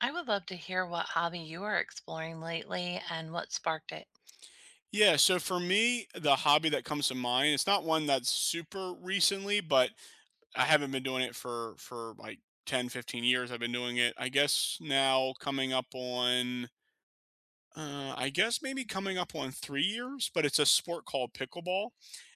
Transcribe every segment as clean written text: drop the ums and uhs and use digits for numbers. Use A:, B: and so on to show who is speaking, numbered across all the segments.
A: I would love to hear what hobby you are exploring lately and what sparked it.
B: Yeah, so for me, the hobby that comes to mind, it's not one that's super recently, but I haven't been doing it for like 10, 15 years. I've been doing it, I guess now coming up on I guess maybe coming up on 3 years, but it's a sport called pickleball.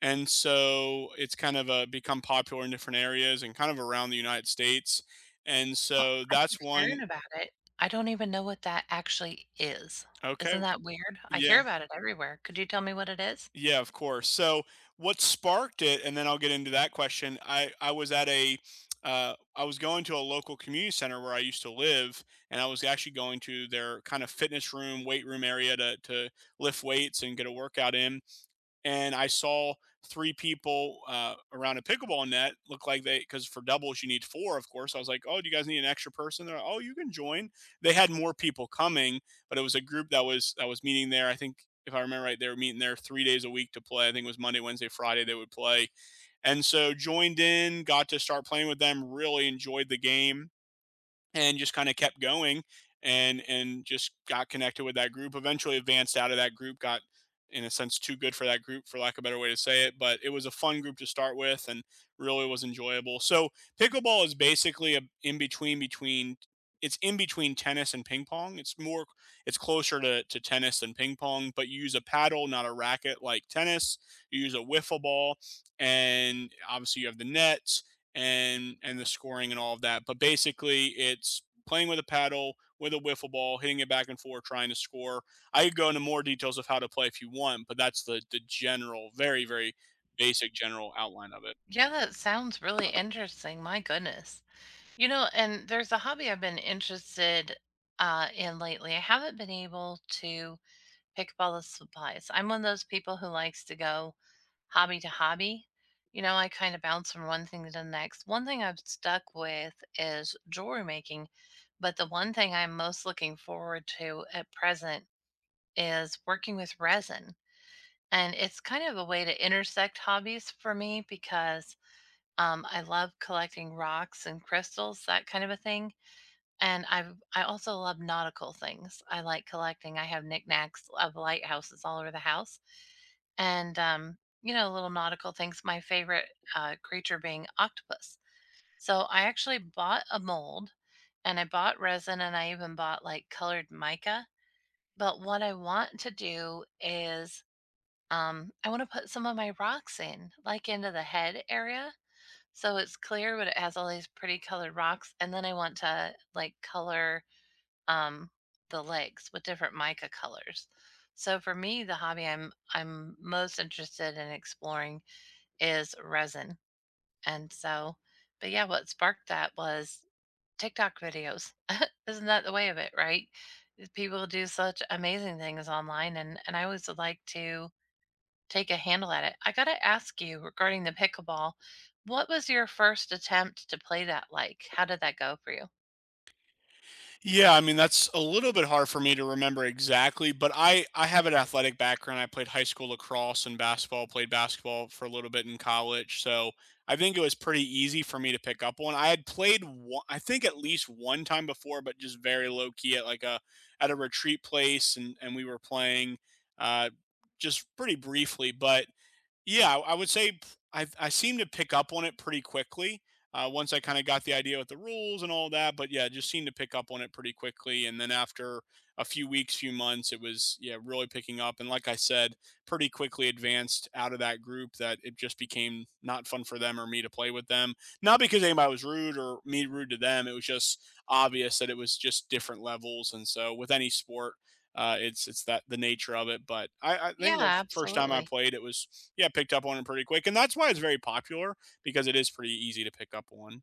B: And so it's kind of become popular in different areas and kind of around the United States. And
A: Well,
B: so
A: I keep
B: that's
A: hearing
B: one.
A: about it. I don't even know what that actually is. Isn't
B: Okay.
A: that weird? I hear
B: Yeah.
A: about it everywhere. Could you tell me what it is?
B: Yeah, of course. So, what sparked it, and then I'll get into that question. I was I was going to a local community center where I used to live, and I was actually going to their kind of fitness room, weight room area to lift weights and get a workout in, and I saw three people around a pickleball net. Look like they, because for doubles you need four, of course. I was like, oh, do you guys need an extra person? They're like, oh, you can join. They had more people coming, but it was a group that was meeting there. I think if I remember right, they were meeting there 3 days a week to play. I think it was Monday, Wednesday, Friday they would play, and so joined in, got to start playing with them. Really enjoyed the game and just kind of kept going, and just got connected with that group, eventually advanced out of that group, got in a sense too good for that group, for lack of a better way to say it, but it was a fun group to start with and really was enjoyable. So pickleball is basically a in between between it's in between tennis and ping pong. It's more, it's closer to tennis than ping pong, but you use a paddle, not a racket like tennis. You use a wiffle ball, and obviously you have the net and the scoring and all of that. But basically, it's playing with a paddle, with a wiffle ball, hitting it back and forth, trying to score. I could go into more details of how to play if you want, but that's the general, very very basic general outline of it.
A: Yeah, that sounds really interesting. My goodness. You know, and there's a hobby I've been interested in lately. I haven't been able to pick up all the supplies. I'm one of those people who likes to go hobby to hobby. You know, I kind of bounce from one thing to the next. One thing I've stuck with is jewelry making, but the one thing I'm most looking forward to at present is working with resin. And it's kind of a way to intersect hobbies for me because I love collecting rocks and crystals, that kind of a thing, and I also love nautical things. I like collecting. I have knickknacks of lighthouses all over the house. And, you know, little nautical things. My favorite, creature being octopus. So I actually bought a mold, and I bought resin, and I even bought like colored mica. But what I want to do is, I wanna put some of my rocks in, like into the head area. So it's clear, but it has all these pretty colored rocks. And then I want to like color um, the legs with different mica colors. So for me, the hobby I'm most interested in exploring is resin. And so, but yeah, what sparked that was TikTok videos. Isn't that the way of it, right? People do such amazing things online, and I always would like to take a handle at it. I gotta ask you regarding the pickleball. What was your first attempt to play that like? How did that go for you?
B: Yeah, I mean, that's a little bit hard for me to remember exactly, but I have an athletic background. I played high school lacrosse and basketball, played basketball for a little bit in college. So, I think it was pretty easy for me to pick up one. I had played one, I think at least one time before, but just very low key at like a retreat place, and we were playing uh just pretty briefly, but yeah, I would say I seem to pick up on it pretty quickly once I kinda got the idea with the rules and all that. But yeah, just seemed to pick up on it pretty quickly, and then after a few weeks, few months, it was, yeah, really picking up, and like I said, pretty quickly advanced out of that group that it just became not fun for them or me to play with them. Not because anybody was rude or me rude to them, it was just obvious that it was just different levels, and so with any sport, it's that the nature of it. But I
A: Yeah,
B: think the first time I
A: absolutely.
B: played, it was yeah, picked up on it pretty quick, and that's why it's very popular because it is pretty easy to pick up on.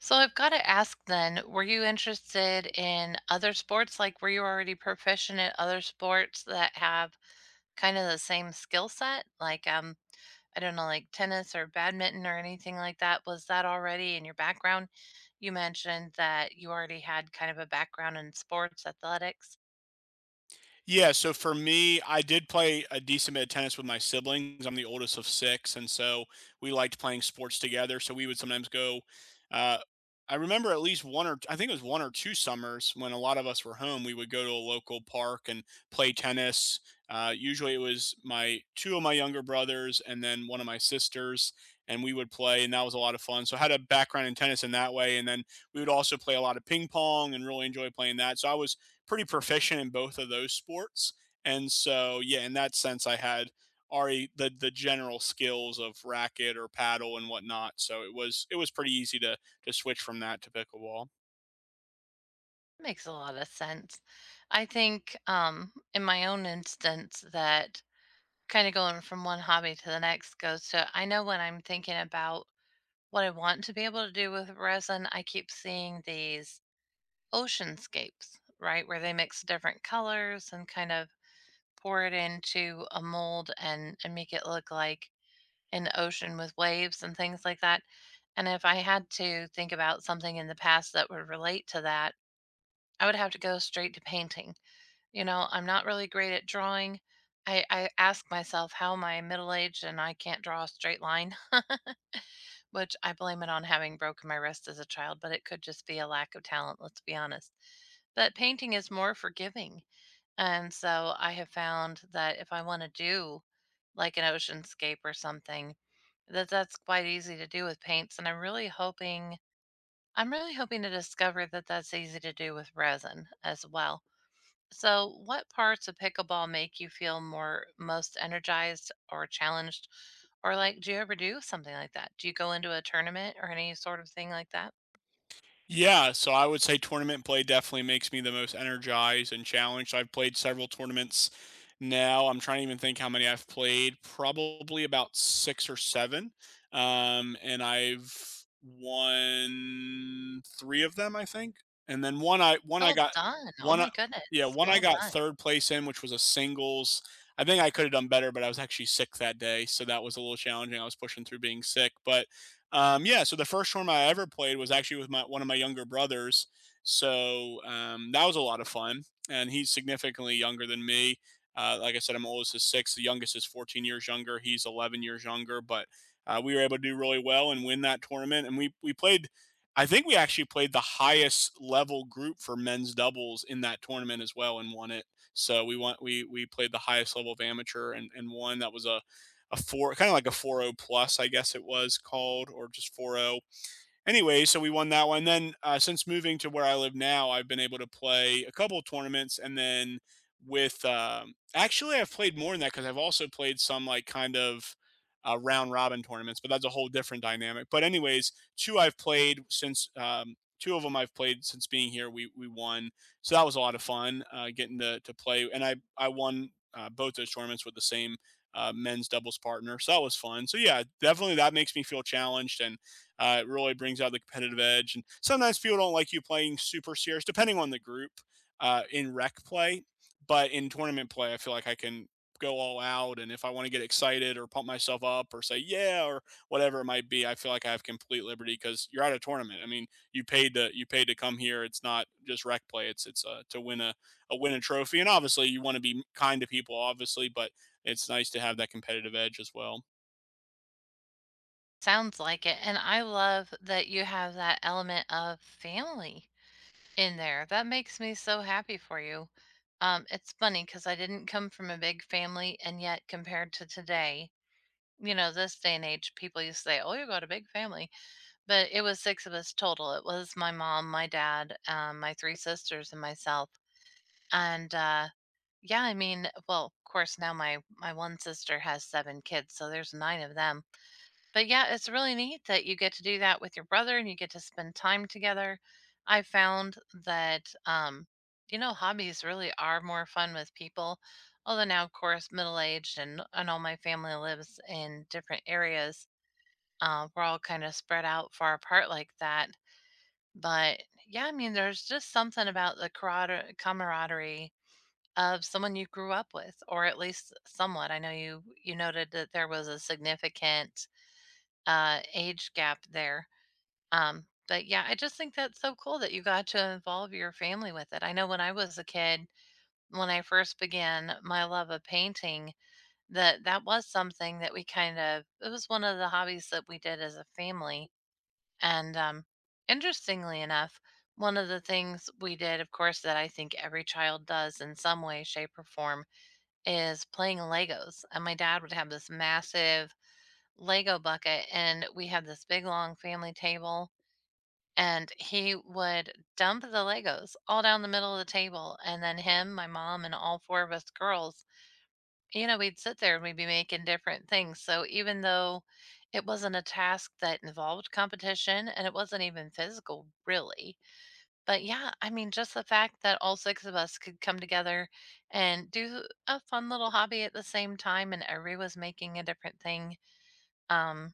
A: So I've got to ask then, were you interested in other sports? Like, were you already proficient at other sports that have kind of the same skill set? Like, I don't know, like tennis or badminton or anything like that. Was that already in your background? You mentioned that you already had kind of a background in sports, athletics.
B: Yeah, so for me, I did play a decent bit of tennis with my siblings. I'm the oldest of six, and so we liked playing sports together. So we would sometimes go. Uh, I remember at least one, or I think it was one or two summers when a lot of us were home. We would go to a local park and play tennis. Usually, it was my two of my younger brothers and then one of my sisters, and we would play, and that was a lot of fun. So I had a background in tennis in that way, and then we would also play a lot of ping pong and really enjoy playing that. So I was pretty proficient in both of those sports. And so, yeah, in that sense, I had already the general skills of racket or paddle and whatnot. So it was pretty easy to switch from that to pickleball.
A: Makes a lot of sense. I think, in my own instance, that kind of going from one hobby to the next goes to, I know when I'm thinking about what I want to be able to do with resin, I keep seeing these oceanscapes, right? Where they mix different colors and kind of pour it into a mold, and make it look like an ocean with waves and things like that. And if I had to think about something in the past that would relate to that, I would have to go straight to painting. You know, I'm not really great at drawing. I ask myself, how am I middle aged and I can't draw a straight line? Which I blame it on having broken my wrist as a child, but it could just be a lack of talent, let's be honest. But painting is more forgiving, and so I have found that if I wanna do, like, an oceanscape or something, that that's quite easy to do with paints, and I'm really hoping to discover that that's easy to do with resin as well. So, what parts of pickleball make you feel more most energized or challenged? Or like, do you ever do something like that? Do you go into a tournament or any sort of thing like that?
B: Yeah, so I would say tournament play definitely makes me the most energized and challenged. I've played several tournaments now. I'm trying to even think how many I've played, probably about six or seven. And I've won three of them, I think. And then
A: Well done. Oh
B: one
A: my
B: I, yeah,
A: goodness.
B: one I
A: Well
B: got
A: done.
B: third place in, which was a singles. I think I could have done better, but I was actually sick that day, so that was a little challenging. I was pushing through being sick, but yeah, so the first tournament I ever played was actually with my one of my younger brothers. So that was a lot of fun, and he's significantly younger than me. Like I said, I'm oldest is six. The youngest is 14 years younger. He's 11 years younger, but we were able to do really well and win that tournament. And we played. I think we actually played the highest level group for men's doubles in that tournament as well and won it. So we won. We played the highest level of amateur and won. That was a four, kind of like a four-zero plus, I guess it was called, or just four-zero anyway, so we won that one. Then since moving to where I live now, I've been able to play a couple of tournaments, and then with actually I've played more than that because I've also played some like kind of round robin tournaments, but that's a whole different dynamic. But anyways, two of them I've played since being here. We won, so that was a lot of fun, getting to play. And I won both those tournaments with the same men's doubles partner, so that was fun. So yeah, definitely that makes me feel challenged, and it really brings out the competitive edge. And sometimes people don't like you playing super serious, depending on the group in rec play. But in tournament play, I feel like I can go all out. And if I want to get excited or pump myself up or say, yeah, or whatever it might be, I feel like I have complete liberty because you're at a tournament. I mean, you paid to come here. It's not just rec play. It's to win a, trophy. And obviously you want to be kind to people, obviously, but it's nice to have that competitive edge as well.
A: Sounds like it. And I love that you have that element of family in there. That makes me so happy for you. It's funny because I didn't come from a big family, and yet compared to today, you know, this day and age, people used to say, "Oh, you got a big family." But it was 6 of us total. It was my mom, my dad, my 3 sisters, and myself. And, yeah, I mean, well, of course, now my one sister has 7 kids, so there's 9 of them. But, yeah, it's really neat that you get to do that with your brother and you get to spend time together. I found that, you know, hobbies really are more fun with people, although now, of course, middle-aged, and all my family lives in different areas. We're all kinda spread out far apart like that. But yeah, I mean, there's just something about the carada camaraderie of someone you grew up with, or at least somewhat. I know you noted that there was a significant age gap there. But yeah, I just think that's so cool that you got to involve your family with it. I know when I was a kid, when I first began my love of painting, that that was something that we kind of it was one of the hobbies that we did as a family, and interestingly enough, one of the things we did, of course, that I think every child does in some way, shape, or form is playing Legos. And my dad would have this massive Lego bucket, and we had this big, long family table. And he would dump the Legos all down the middle of the table. And then him, my mom, and all four of us girls, you know, we'd sit there and we'd be making different things. So even though it wasn't a task that involved competition, and it wasn't even physical, really. But yeah, I mean, just the fact that all six of us could come together and do a fun little hobby at the same time and every was making a different thing. Um,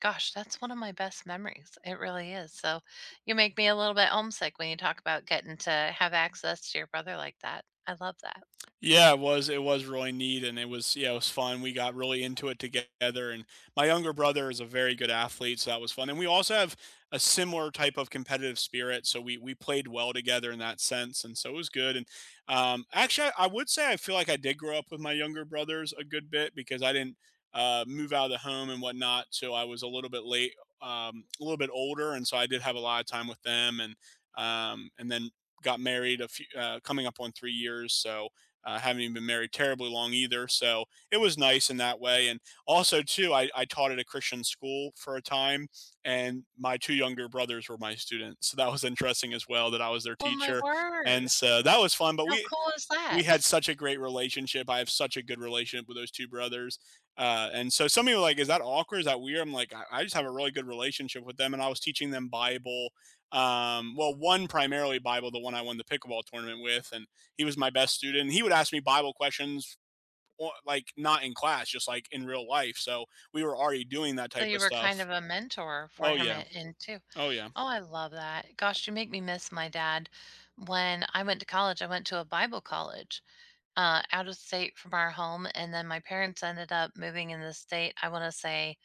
A: Gosh, that's one of my best memories. It really is. So you make me a little bit homesick when you talk about getting to have access to your brother like that. I love that.
B: Yeah, it was really neat, and it was fun. We got really into it together, and my younger brother is a very good athlete, so that was fun. And we also have a similar type of competitive spirit, so we played well together in that sense and so it was good. And actually, I would say I feel like I did grow up with my younger brothers a good bit because I didn't move out of the home and whatnot, so I was a little bit late, a little bit older, and so I did have a lot of time with them. And and then got married a few coming up on 3 years, so I, having been married terribly long either. So it was nice in that way. And also, too, I taught at a Christian school for a time, and my two younger brothers were my students. So that was interesting as well, that I was their
A: Oh my
B: teacher.
A: word.
B: And so that was fun. But
A: How
B: we,
A: cool is
B: we had
A: that?
B: such a great relationship. I have such a good relationship with those two brothers. And so some people are like, is that awkward? Is that weird? I'm like, I just have a really good relationship with them. And I was teaching them Bible. Well, one primarily Bible, the one I won the pickleball tournament with. And he was my best student. And he would ask me Bible questions, like not in class, just like in real life. So we were already doing that
A: So
B: type
A: you
B: of
A: were kind
B: stuff.
A: of a mentor for
B: Oh,
A: him
B: yeah.
A: in too.
B: Oh, yeah.
A: Oh, I love that. Gosh, you make me miss my dad. When I went to college, I went to a Bible college out of state from our home. And then my parents ended up moving in the state, I want to say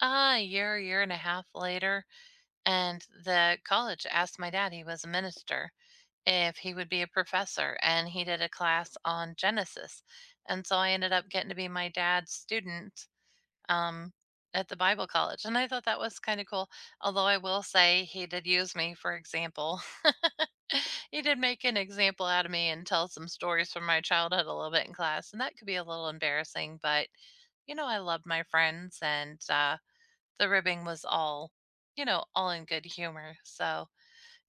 A: a year, year and a half later. And the college asked my dad, he was a minister, if he would be a professor. And he did a class on Genesis. And so I ended up getting to be my dad's student, um, at the Bible college, and I thought that was kinda cool, although I will say he did use me for example. He did make an example out of me and tell some stories from my childhood a little bit in class, and that could be a little embarrassing, but, you know, I loved my friends, and, the ribbing was all, you know, all in good humor, so,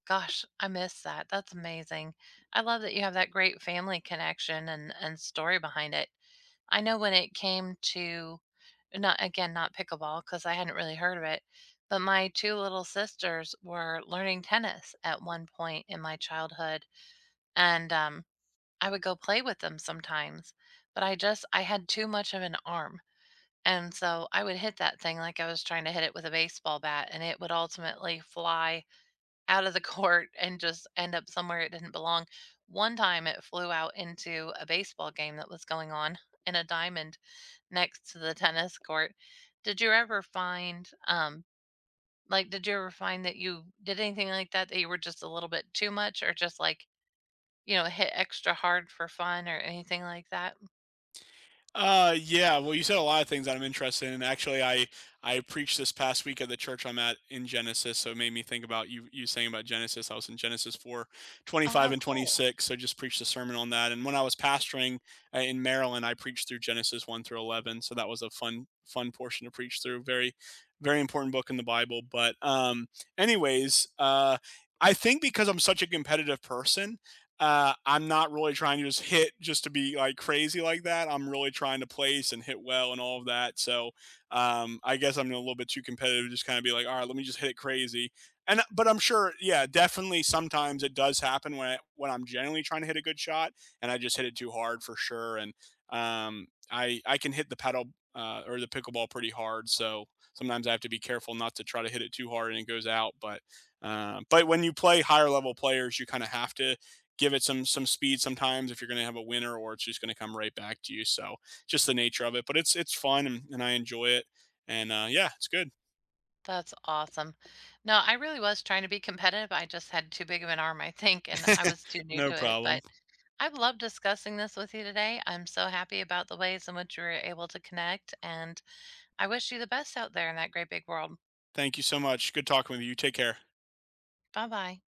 A: gosh, I miss that, that's amazing. I love that you have that great family connection and story behind it. I know when it came to not again, not pickleball because I hadn't really heard of it, but my 2 little sisters were learning tennis at one point in my childhood, and, I would go play with them sometimes, but I had too much of an arm, and so I would hit that thing like I was trying to hit it with a baseball bat, and it would ultimately fly out of the court and just end up somewhere it didn't belong. One time, it flew out into a baseball game that was going on in a diamond next to the tennis court. Did you ever find, like, did you ever find that you did anything like that that you were just a little bit too much or just like, you know, hit extra hard for fun or anything like that?
B: Yeah. Well, you said a lot of things that I'm interested in. Actually, I preached this past week at the church I'm at in Genesis, so it made me think about you saying about Genesis. I was in Genesis 4, twenty
A: Oh,
B: five
A: how
B: and
A: cool.
B: 26, so just preached a sermon on that. And when I was pastoring, in Maryland, I preached through Genesis 1 through 11, so that was a fun fun portion to preach through. Very very important book in the Bible. But anyways, I think because I'm such a competitive person, I'm not really trying to just hit just to be like crazy like that. I'm really trying to place and hit well and all of that. So I guess I'm a little bit too competitive to just kind of be like, all right, let me just hit it crazy. And but I'm sure, yeah, definitely. Sometimes it does happen when when I'm genuinely trying to hit a good shot and I just hit it too hard for sure. And I can hit the paddle, or the pickleball pretty hard. So sometimes I have to be careful not to try to hit it too hard and it goes out. But when you play higher level players, you kind of have to give it some speed sometimes if you're going to have a winner or it's just going to come right back to you. So just the nature of it, but it's fun, and I enjoy it. And yeah, it's good.
A: That's awesome. No, I really was trying to be competitive. I just had too big of an arm, I think, and I was too new
B: No
A: to it.
B: problem.
A: But I've loved discussing this with you today. I'm so happy about the ways in which we were able to connect, and I wish you the best out there in that great big world.
B: Thank you so much. Good talking with you. Take care.
A: Bye bye.